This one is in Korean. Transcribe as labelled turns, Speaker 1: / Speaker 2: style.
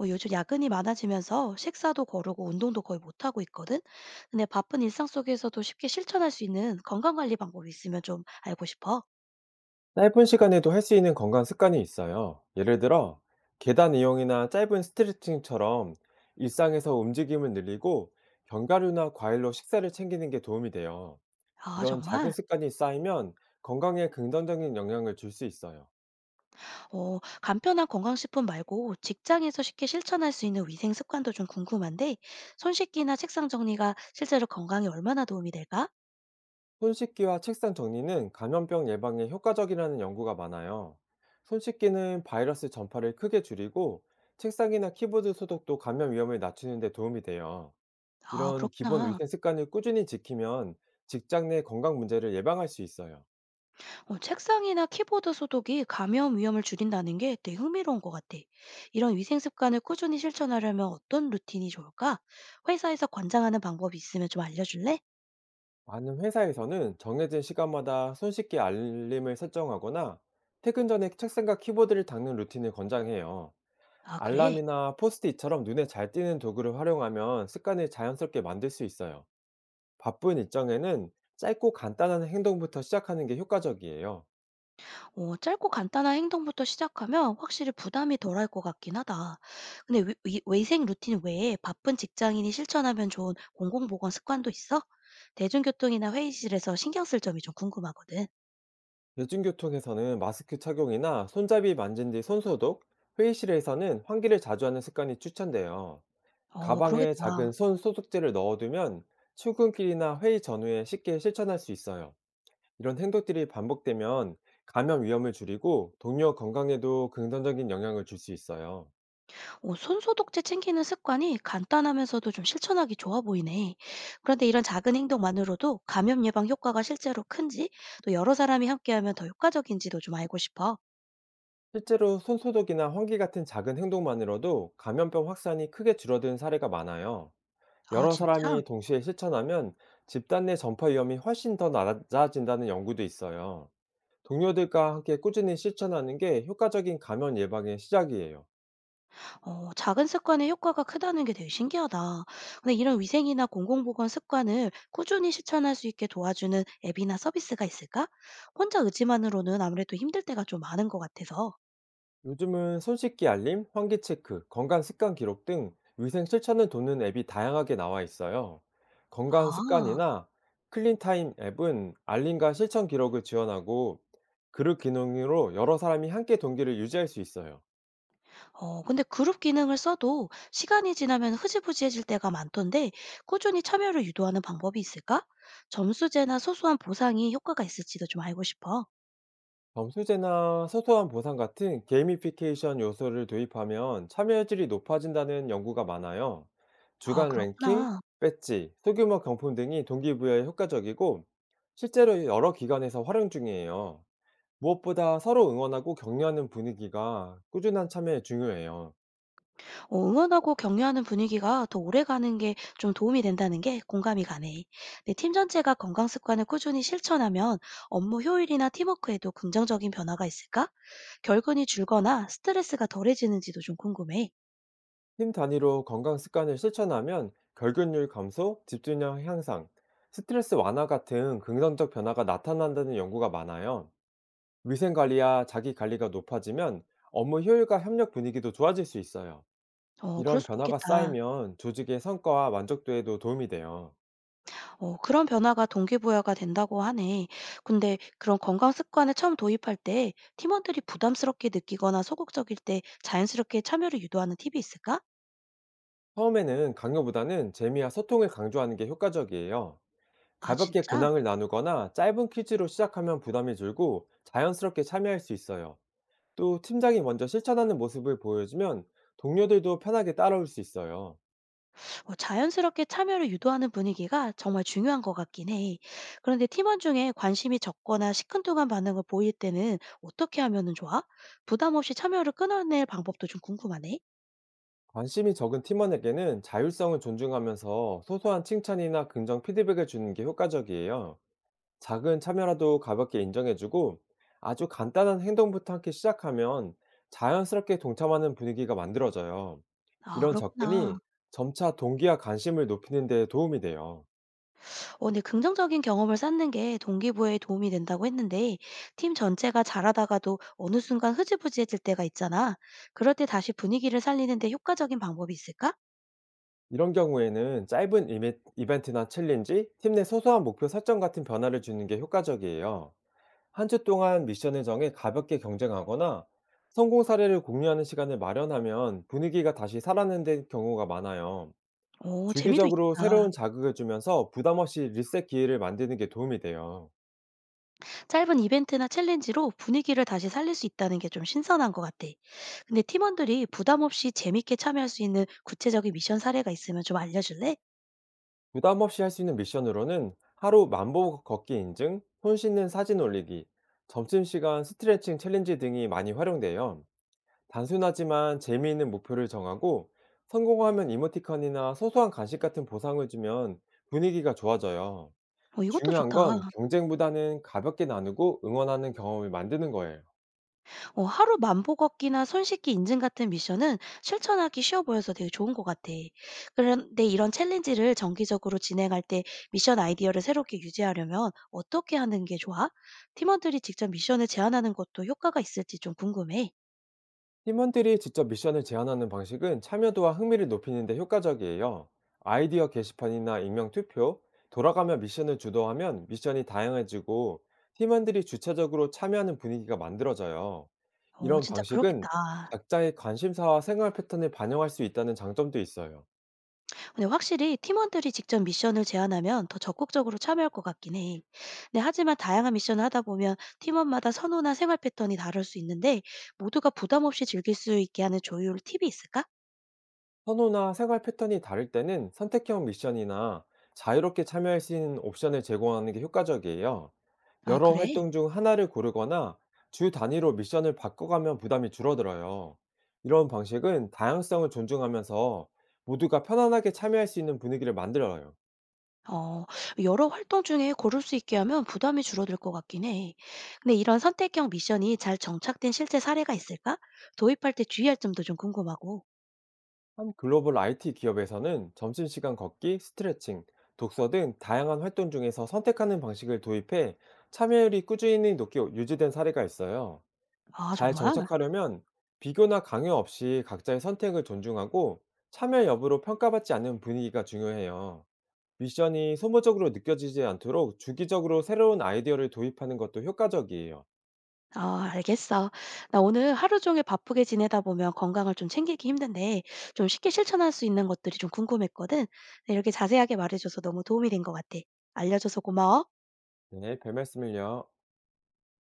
Speaker 1: 요즘 야근이 많아지면서 식사도 거르고 운동도 거의 못하고 있거든? 근데 바쁜 일상 속에서도 쉽게 실천할 수 있는 건강관리 방법이 있으면 좀 알고 싶어.
Speaker 2: 짧은 시간에도 할 수 있는 건강 습관이 있어요. 예를 들어, 계단 이용이나 짧은 스트레칭처럼 일상에서 움직임을 늘리고 견과류나 과일로 식사를 챙기는 게 도움이 돼요.
Speaker 1: 아,
Speaker 2: 이런 작은
Speaker 1: 정말?
Speaker 2: 습관이 쌓이면 건강에 긍정적인 영향을 줄 수 있어요.
Speaker 1: 간편한 건강식품 말고 직장에서 쉽게 실천할 수 있는 위생 습관도 좀 궁금한데, 손 씻기나 책상 정리가 실제로 건강에 얼마나 도움이 될까?
Speaker 2: 손 씻기와 책상 정리는 감염병 예방에 효과적이라는 연구가 많아요. 손 씻기는 바이러스 전파를 크게 줄이고 책상이나 키보드 소독도 감염 위험을 낮추는 데 도움이 돼요.
Speaker 1: 아,
Speaker 2: 이런 기본
Speaker 1: 그렇구나.
Speaker 2: 위생 습관을 꾸준히 지키면 직장 내 건강 문제를 예방할 수 있어요.
Speaker 1: 책상이나 키보드 소독이 감염 위험을 줄인다는 게 되게 흥미로운 것 같아. 이런 위생 습관을 꾸준히 실천하려면 어떤 루틴이 좋을까? 회사에서 권장하는 방법이 있으면 좀 알려줄래?
Speaker 2: 많은 회사에서는 정해진 시간마다 손쉽게 알림을 설정하거나 퇴근 전에 책상과 키보드를 닦는 루틴을 권장해요.
Speaker 1: 아, 그래.
Speaker 2: 알람이나 포스트잇처럼 눈에 잘 띄는 도구를 활용하면 습관을 자연스럽게 만들 수 있어요. 바쁜 일정에는 짧고 간단한 행동부터 시작하는 게 효과적이에요.
Speaker 1: 짧고 간단한 행동부터 시작하면 확실히 부담이 덜할 것 같긴 하다. 근데 위생 루틴 외에 바쁜 직장인이 실천하면 좋은 공공보건 습관도 있어? 대중교통이나 회의실에서 신경 쓸 점이 좀 궁금하거든.
Speaker 2: 대중교통에서는 마스크 착용이나 손잡이 만진 뒤 손소독, 회의실에서는 환기를 자주 하는 습관이 추천돼요.
Speaker 1: 어,
Speaker 2: 가방에
Speaker 1: 그러겠다.
Speaker 2: 작은 손 소독제를 넣어두면 출근길이나 회의 전후에 쉽게 실천할 수 있어요. 이런 행동들이 반복되면 감염 위험을 줄이고 동료 건강에도 긍정적인 영향을 줄 수 있어요.
Speaker 1: 손소독제 챙기는 습관이 간단하면서도 좀 실천하기 좋아 보이네. 그런데 이런 작은 행동만으로도 감염 예방 효과가 실제로 큰지, 또 여러 사람이 함께하면 더 효과적인지도 좀 알고 싶어.
Speaker 2: 실제로 손 소독이나 환기 같은 작은 행동만으로도 감염병 확산이 크게 줄어든 사례가 많아요.
Speaker 1: 아,
Speaker 2: 여러
Speaker 1: 진짜?
Speaker 2: 사람이 동시에 실천하면 집단 내 전파 위험이 훨씬 더 낮아진다는 연구도 있어요. 동료들과 함께 꾸준히 실천하는 게 효과적인 감염 예방의 시작이에요.
Speaker 1: 작은 습관의 효과가 크다는 게 되게 신기하다. 근데 이런 위생이나 공공보건 습관을 꾸준히 실천할 수 있게 도와주는 앱이나 서비스가 있을까? 혼자 의지만으로는 아무래도 힘들 때가 좀 많은 것 같아서.
Speaker 2: 요즘은 손씻기 알림, 환기 체크, 건강 습관 기록 등 위생 실천을 돕는 앱이 다양하게 나와 있어요. 건강
Speaker 1: 아.
Speaker 2: 습관이나 클린 타임 앱은 알림과 실천 기록을 지원하고 그룹 기능으로 여러 사람이 함께 동기를 유지할 수 있어요.
Speaker 1: 근데 그룹 기능을 써도 시간이 지나면 흐지부지해질 때가 많던데 꾸준히 참여를 유도하는 방법이 있을까? 점수제나 소소한 보상이 효과가 있을지도 좀 알고 싶어.
Speaker 2: 점수제나 소소한 보상 같은 게이미피케이션 요소를 도입하면 참여 질이 높아진다는 연구가 많아요.
Speaker 1: 아,
Speaker 2: 주간 랭킹,
Speaker 1: 그렇구나.
Speaker 2: 배지, 소규모 경품 등이 동기부여에 효과적이고 실제로 여러 기관에서 활용 중이에요. 무엇보다 서로 응원하고 격려하는 분위기가 꾸준한 참여에 중요해요.
Speaker 1: 응원하고 격려하는 분위기가 더 오래 가는 게 좀 도움이 된다는 게 공감이 가네. 내 팀 전체가 건강 습관을 꾸준히 실천하면 업무 효율이나 팀워크에도 긍정적인 변화가 있을까? 결근이 줄거나 스트레스가 덜해지는지도 좀 궁금해.
Speaker 2: 팀 단위로 건강 습관을 실천하면 결근율 감소, 집중력 향상, 스트레스 완화 같은 긍정적 변화가 나타난다는 연구가 많아요. 위생 관리와 자기 관리가 높아지면 업무 효율과 협력 분위기도 좋아질 수 있어요.
Speaker 1: 어, 그럴
Speaker 2: 이런
Speaker 1: 수도
Speaker 2: 변화가
Speaker 1: 있겠다.
Speaker 2: 쌓이면 조직의 성과와 만족도에도 도움이 돼요.
Speaker 1: 그런 변화가 동기부여가 된다고 하네. 근데 그런 건강 습관을 처음 도입할 때 팀원들이 부담스럽게 느끼거나 소극적일 때 자연스럽게 참여를 유도하는 팁이 있을까?
Speaker 2: 처음에는 강요보다는 재미와 소통을 강조하는 게 효과적이에요.
Speaker 1: 아,
Speaker 2: 가볍게
Speaker 1: 진짜?
Speaker 2: 근황을 나누거나 짧은 퀴즈로 시작하면 부담이 줄고 자연스럽게 참여할 수 있어요. 또 팀장이 먼저 실천하는 모습을 보여주면 동료들도 편하게 따라올 수 있어요.
Speaker 1: 자연스럽게 참여를 유도하는 분위기가 정말 중요한 것 같긴 해. 그런데 팀원 중에 관심이 적거나 시큰둥한 반응을 보일 때는 어떻게 하면 좋아? 부담 없이 참여를 끊어낼 방법도 좀 궁금하네.
Speaker 2: 관심이 적은 팀원에게는 자율성을 존중하면서 소소한 칭찬이나 긍정 피드백을 주는 게 효과적이에요. 작은 참여라도 가볍게 인정해주고 아주 간단한 행동부터 함께 시작하면 자연스럽게 동참하는 분위기가 만들어져요.
Speaker 1: 아,
Speaker 2: 이런
Speaker 1: 그렇구나.
Speaker 2: 접근이 점차 동기와 관심을 높이는 데 도움이 돼요.
Speaker 1: 어, 네. 긍정적인 경험을 쌓는 게 동기부여에 도움이 된다고 했는데 팀 전체가 잘하다가도 어느 순간 흐지부지해질 때가 있잖아. 그럴 때 다시 분위기를 살리는 데 효과적인 방법이 있을까?
Speaker 2: 이런 경우에는 짧은 이벤트나 챌린지, 팀 내 소소한 목표 설정 같은 변화를 주는 게 효과적이에요. 한 주 동안 미션을 정해 가볍게 경쟁하거나 성공 사례를 공유하는 시간을 마련하면 분위기가 다시 살아나는 경우가 많아요.
Speaker 1: 오, 재미도
Speaker 2: 주기적으로
Speaker 1: 있겠다.
Speaker 2: 새로운 자극을 주면서 부담 없이 리셋 기회를 만드는 게 도움이 돼요.
Speaker 1: 짧은 이벤트나 챌린지로 분위기를 다시 살릴 수 있다는 게 좀 신선한 것 같아. 근데 팀원들이 부담 없이 재밌게 참여할 수 있는 구체적인 미션 사례가 있으면 좀 알려줄래?
Speaker 2: 부담 없이 할 수 있는 미션으로는 하루 만보 걷기 인증, 손 씻는 사진 올리기, 점심시간 스트레칭 챌린지 등이 많이 활용돼요. 단순하지만 재미있는 목표를 정하고 성공하면 이모티콘이나 소소한 간식 같은 보상을 주면 분위기가 좋아져요.
Speaker 1: 어, 이것도
Speaker 2: 중요한
Speaker 1: 좋다.
Speaker 2: 건 경쟁보다는 가볍게 나누고 응원하는 경험을 만드는 거예요.
Speaker 1: 하루 만보 걷기나 손 씻기 인증 같은 미션은 실천하기 쉬워 보여서 되게 좋은 것 같아. 그런데 이런 챌린지를 정기적으로 진행할 때 미션 아이디어를 새롭게 유지하려면 어떻게 하는 게 좋아? 팀원들이 직접 미션을 제안하는 것도 효과가 있을지 좀 궁금해.
Speaker 2: 팀원들이 직접 미션을 제안하는 방식은 참여도와 흥미를 높이는 데 효과적이에요. 아이디어 게시판이나 익명 투표, 돌아가며 미션을 주도하면 미션이 다양해지고 팀원들이 주체적으로 참여하는 분위기가 만들어져요.
Speaker 1: 오,
Speaker 2: 이런
Speaker 1: 진짜
Speaker 2: 방식은
Speaker 1: 그러겠다.
Speaker 2: 각자의 관심사와 생활 패턴을 반영할 수 있다는 장점도 있어요.
Speaker 1: 근데 확실히 팀원들이 직접 미션을 제안하면 더 적극적으로 참여할 것 같긴 해. 근데 하지만 다양한 미션을 하다 보면 팀원마다 선호나 생활 패턴이 다를 수 있는데 모두가 부담 없이 즐길 수 있게 하는 조율 팁이 있을까?
Speaker 2: 선호나 생활 패턴이 다를 때는 선택형 미션이나 자유롭게 참여할 수 있는 옵션을 제공하는 게 효과적이에요.
Speaker 1: 아,
Speaker 2: 여러
Speaker 1: 그래?
Speaker 2: 활동 중 하나를 고르거나 주 단위로 미션을 바꿔가면 부담이 줄어들어요. 이런 방식은 다양성을 존중하면서 모두가 편안하게 참여할 수 있는 분위기를 만들어요.
Speaker 1: 어, 여러 활동 중에 고를 수 있게 하면 부담이 줄어들 것 같긴 해. 근데 이런 선택형 미션이 잘 정착된 실제 사례가 있을까? 도입할 때 주의할 점도 좀 궁금하고.
Speaker 2: 한 글로벌 IT 기업에서는 점심시간 걷기, 스트레칭, 독서 등 다양한 활동 중에서 선택하는 방식을 도입해 참여율이 꾸준히 높게 유지된 사례가 있어요.
Speaker 1: 아,
Speaker 2: 잘
Speaker 1: 정말?
Speaker 2: 정착하려면 비교나 강요 없이 각자의 선택을 존중하고 참여 여부로 평가받지 않는 분위기가 중요해요. 미션이 소모적으로 느껴지지 않도록 주기적으로 새로운 아이디어를 도입하는 것도 효과적이에요.
Speaker 1: 아, 알겠어. 나 오늘 하루 종일 바쁘게 지내다 보면 건강을 좀 챙기기 힘든데 좀 쉽게 실천할 수 있는 것들이 좀 궁금했거든. 근데 이렇게 자세하게 말해줘서 너무 도움이 된 것 같아. 알려줘서 고마워.
Speaker 2: 네, 별 말씀을요.